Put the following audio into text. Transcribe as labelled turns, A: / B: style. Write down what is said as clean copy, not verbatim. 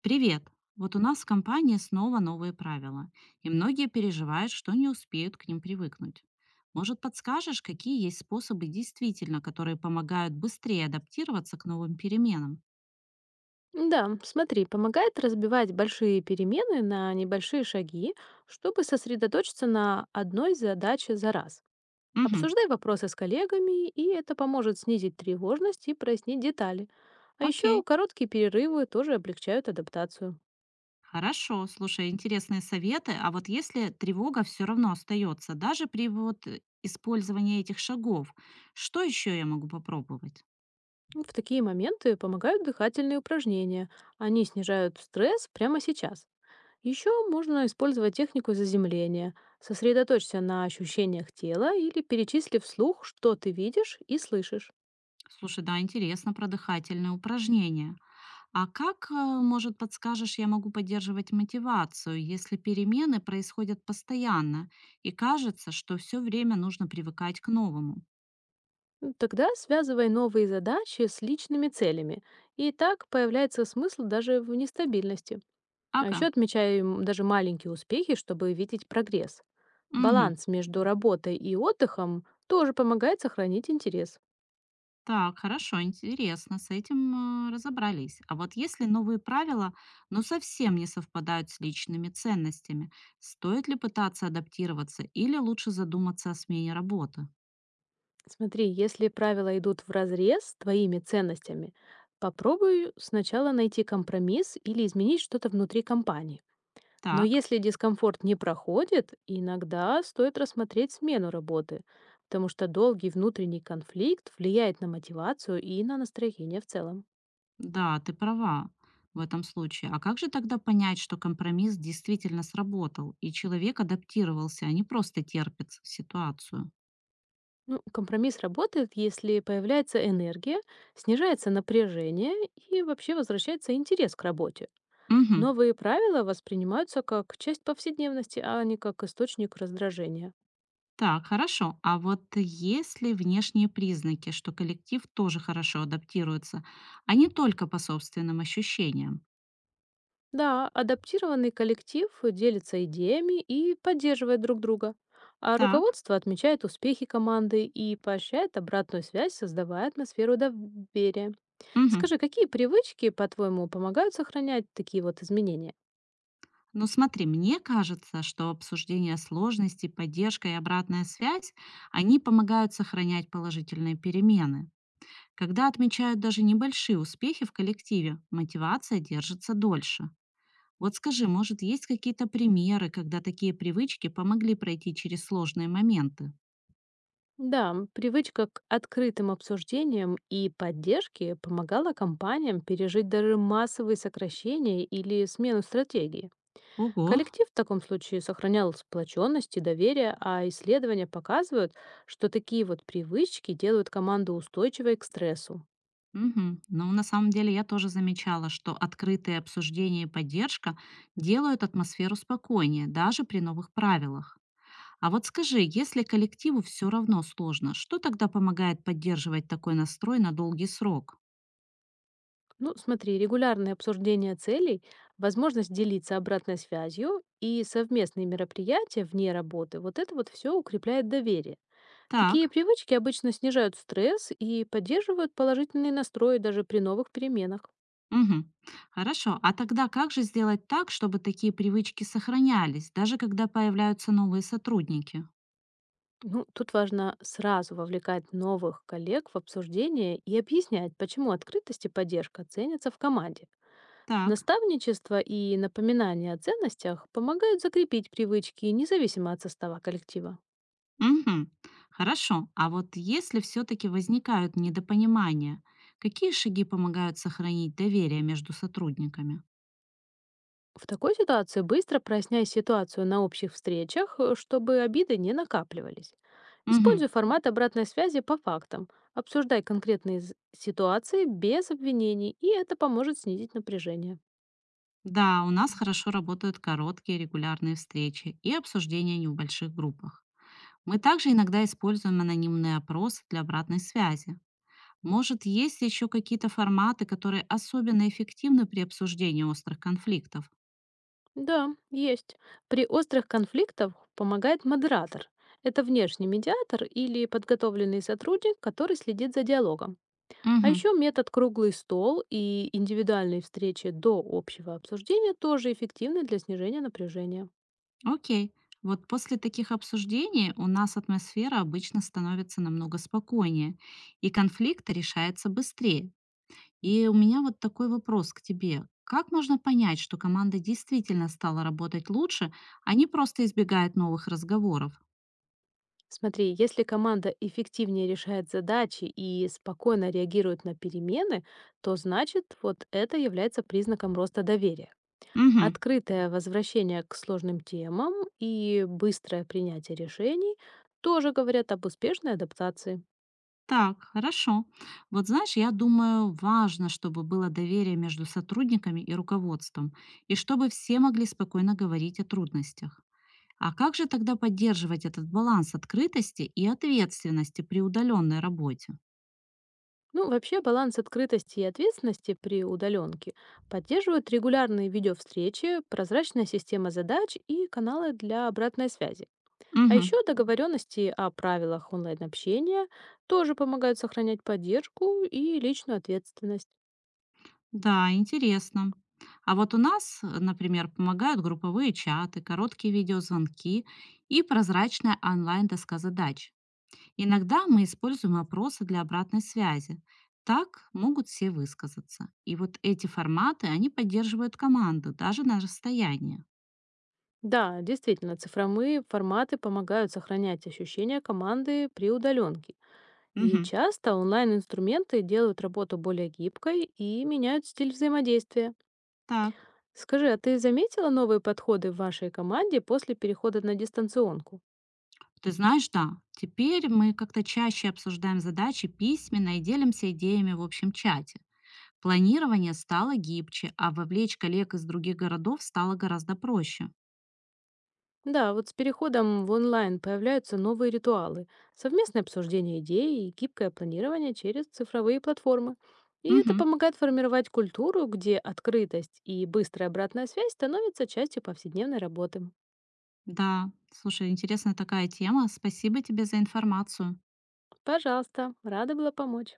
A: Привет! Вот у нас в компании снова новые правила, и многие переживают, что не успеют к ним привыкнуть. Может, подскажешь, какие есть способы действительно, которые помогают быстрее адаптироваться к новым переменам?
B: Да, смотри, помогает разбивать большие перемены на небольшие шаги, чтобы сосредоточиться на одной задаче за раз.
A: Угу,
B: Обсуждай вопросы с коллегами, и это поможет снизить тревожность и прояснить детали. А еще
A: окей,
B: короткие перерывы тоже облегчают адаптацию.
A: хорошо, слушай, интересные советы. А вот если тревога все равно остается, даже при вот использовании этих шагов, что еще я могу попробовать?
B: Ну, в такие моменты помогают дыхательные упражнения. Они снижают стресс прямо сейчас. Еще можно использовать технику заземления. Сосредоточься на ощущениях тела или перечисли вслух, что ты видишь и слышишь.
A: Слушай, да, интересно про дыхательные упражнения. А как, может, подскажешь, я могу поддерживать мотивацию, если перемены происходят постоянно и кажется, что все время нужно привыкать к новому?
B: Ну, тогда связывай новые задачи с личными целями. И так появляется смысл даже в нестабильности. А
A: Ага,
B: еще отмечай, даже маленькие успехи, чтобы видеть прогресс.
A: угу.
B: Баланс между работой и отдыхом тоже помогает сохранить интерес.
A: Так, хорошо, интересно, с этим разобрались. А вот если новые правила, но совсем не совпадают с личными ценностями, стоит ли пытаться адаптироваться или лучше задуматься о смене работы?
B: Смотри, если правила идут вразрез с твоими ценностями, попробуй сначала найти компромисс или изменить что-то внутри компании. Но
A: Так.
B: если дискомфорт не проходит, иногда стоит рассмотреть смену работы, потому что долгий внутренний конфликт влияет на мотивацию и на настроение в целом.
A: Да, ты права в этом случае. А как же тогда понять, что компромисс действительно сработал, и человек адаптировался, а не просто терпит ситуацию?
B: Ну, компромисс работает, если появляется энергия, снижается напряжение и вообще возвращается интерес к работе.
A: Мгм.
B: Новые правила воспринимаются как часть повседневности, а не как источник раздражения.
A: Так, хорошо. А вот если внешние признаки, что коллектив тоже хорошо адаптируется, а не только по собственным ощущениям?
B: Да, адаптированный коллектив делится идеями и поддерживает друг друга, а
A: Так.
B: руководство отмечает успехи команды и поощряет обратную связь, создавая атмосферу доверия.
A: Мгм.
B: Скажи, какие привычки, по-твоему, помогают сохранять такие вот изменения?
A: Ну смотри, мне кажется, что обсуждение сложностей, поддержка и обратная связь, они помогают сохранять положительные перемены. Когда отмечают даже небольшие успехи в коллективе, мотивация держится дольше. Вот скажи, может, есть какие-то примеры, когда такие привычки помогли пройти через сложные моменты?
B: Да, привычка к открытым обсуждениям и поддержке помогала компаниям пережить даже массовые сокращения или смену стратегии.
A: Ого!
B: Коллектив в таком случае сохранял сплоченность и доверие, а исследования показывают, что такие вот привычки делают команду устойчивой к стрессу.
A: Мгм. Ну, на самом деле, я тоже замечала, что открытые обсуждения и поддержка делают атмосферу спокойнее, даже при новых правилах. А вот скажи, если коллективу все равно сложно, что тогда помогает поддерживать такой настрой на долгий срок?
B: Ну, смотри, регулярное обсуждение целей, возможность делиться обратной связью и совместные мероприятия вне работы, вот это вот все укрепляет доверие. Такие
A: Так.
B: привычки обычно снижают стресс и поддерживают положительный настрой даже при новых переменах.
A: Мгм. Хорошо. А тогда как же сделать так, чтобы такие привычки сохранялись, даже когда появляются новые сотрудники?
B: Ну, тут важно сразу вовлекать новых коллег в обсуждение и объяснять, почему открытость и поддержка ценятся в команде.
A: Так.
B: Наставничество и напоминание о ценностях помогают закрепить привычки независимо от состава коллектива.
A: Мгм. Хорошо. А вот если все-таки возникают недопонимания, какие шаги помогают сохранить доверие между сотрудниками?
B: В такой ситуации быстро проясняй ситуацию на общих встречах, чтобы обиды не накапливались.
A: Мгм.
B: Используй формат обратной связи по фактам. Обсуждай конкретные ситуации без обвинений, и это поможет снизить напряжение.
A: Да, у нас хорошо работают короткие регулярные встречи и обсуждения не в небольших группах. Мы также иногда используем анонимные опросы для обратной связи. Может, есть еще какие-то форматы, которые особенно эффективны при обсуждении острых конфликтов?
B: Да, есть. При острых конфликтах помогает модератор. Это внешний медиатор или подготовленный сотрудник, который следит за диалогом. А
A: Мгм.
B: еще метод круглый стол и индивидуальные встречи до общего обсуждения тоже эффективны для снижения напряжения.
A: Окей. Вот после таких обсуждений у нас атмосфера обычно становится намного спокойнее, и конфликт решается быстрее. И у меня вот такой вопрос к тебе. Как можно понять, что команда действительно стала работать лучше, а не просто избегает новых разговоров?
B: Смотри, если команда эффективнее решает задачи и спокойно реагирует на перемены, то значит вот это является признаком роста доверия.
A: Мгм.
B: Открытое возвращение к сложным темам и быстрое принятие решений тоже говорят об успешной адаптации.
A: Так, хорошо. Вот знаешь, я думаю, важно, чтобы было доверие между сотрудниками и руководством, и чтобы все могли спокойно говорить о трудностях. А как же тогда поддерживать этот баланс открытости и ответственности при удаленной работе?
B: Ну, вообще баланс открытости и ответственности при удаленке поддерживают регулярные видеовстречи, прозрачная система задач и каналы для обратной связи. А
A: Мгм.
B: еще договоренности о правилах онлайн-общения тоже помогают сохранять поддержку и личную ответственность.
A: Да, интересно. А вот у нас, например, помогают групповые чаты, короткие видеозвонки и прозрачная онлайн-доска задач. Иногда мы используем опросы для обратной связи. Так могут все высказаться. И вот эти форматы, они поддерживают команду даже на расстоянии.
B: Да, действительно, цифровые форматы помогают сохранять ощущение команды при удаленке. И
A: Мгм.
B: часто онлайн-инструменты делают работу более гибкой и меняют стиль взаимодействия.
A: Так.
B: Скажи, а ты заметила новые подходы в вашей команде после перехода на дистанционку?
A: Ты знаешь, да, теперь мы как-то чаще обсуждаем задачи письменно и делимся идеями в общем чате. Планирование стало гибче, а вовлечь коллег из других городов стало гораздо проще.
B: Да, вот с переходом в онлайн появляются новые ритуалы, совместное обсуждение идей и гибкое планирование через цифровые платформы. И это
A: Мгм.
B: помогает формировать культуру, где открытость и быстрая обратная связь становятся частью повседневной работы.
A: Да, слушай, интересная такая тема. Спасибо тебе за информацию.
B: Пожалуйста, рада была помочь.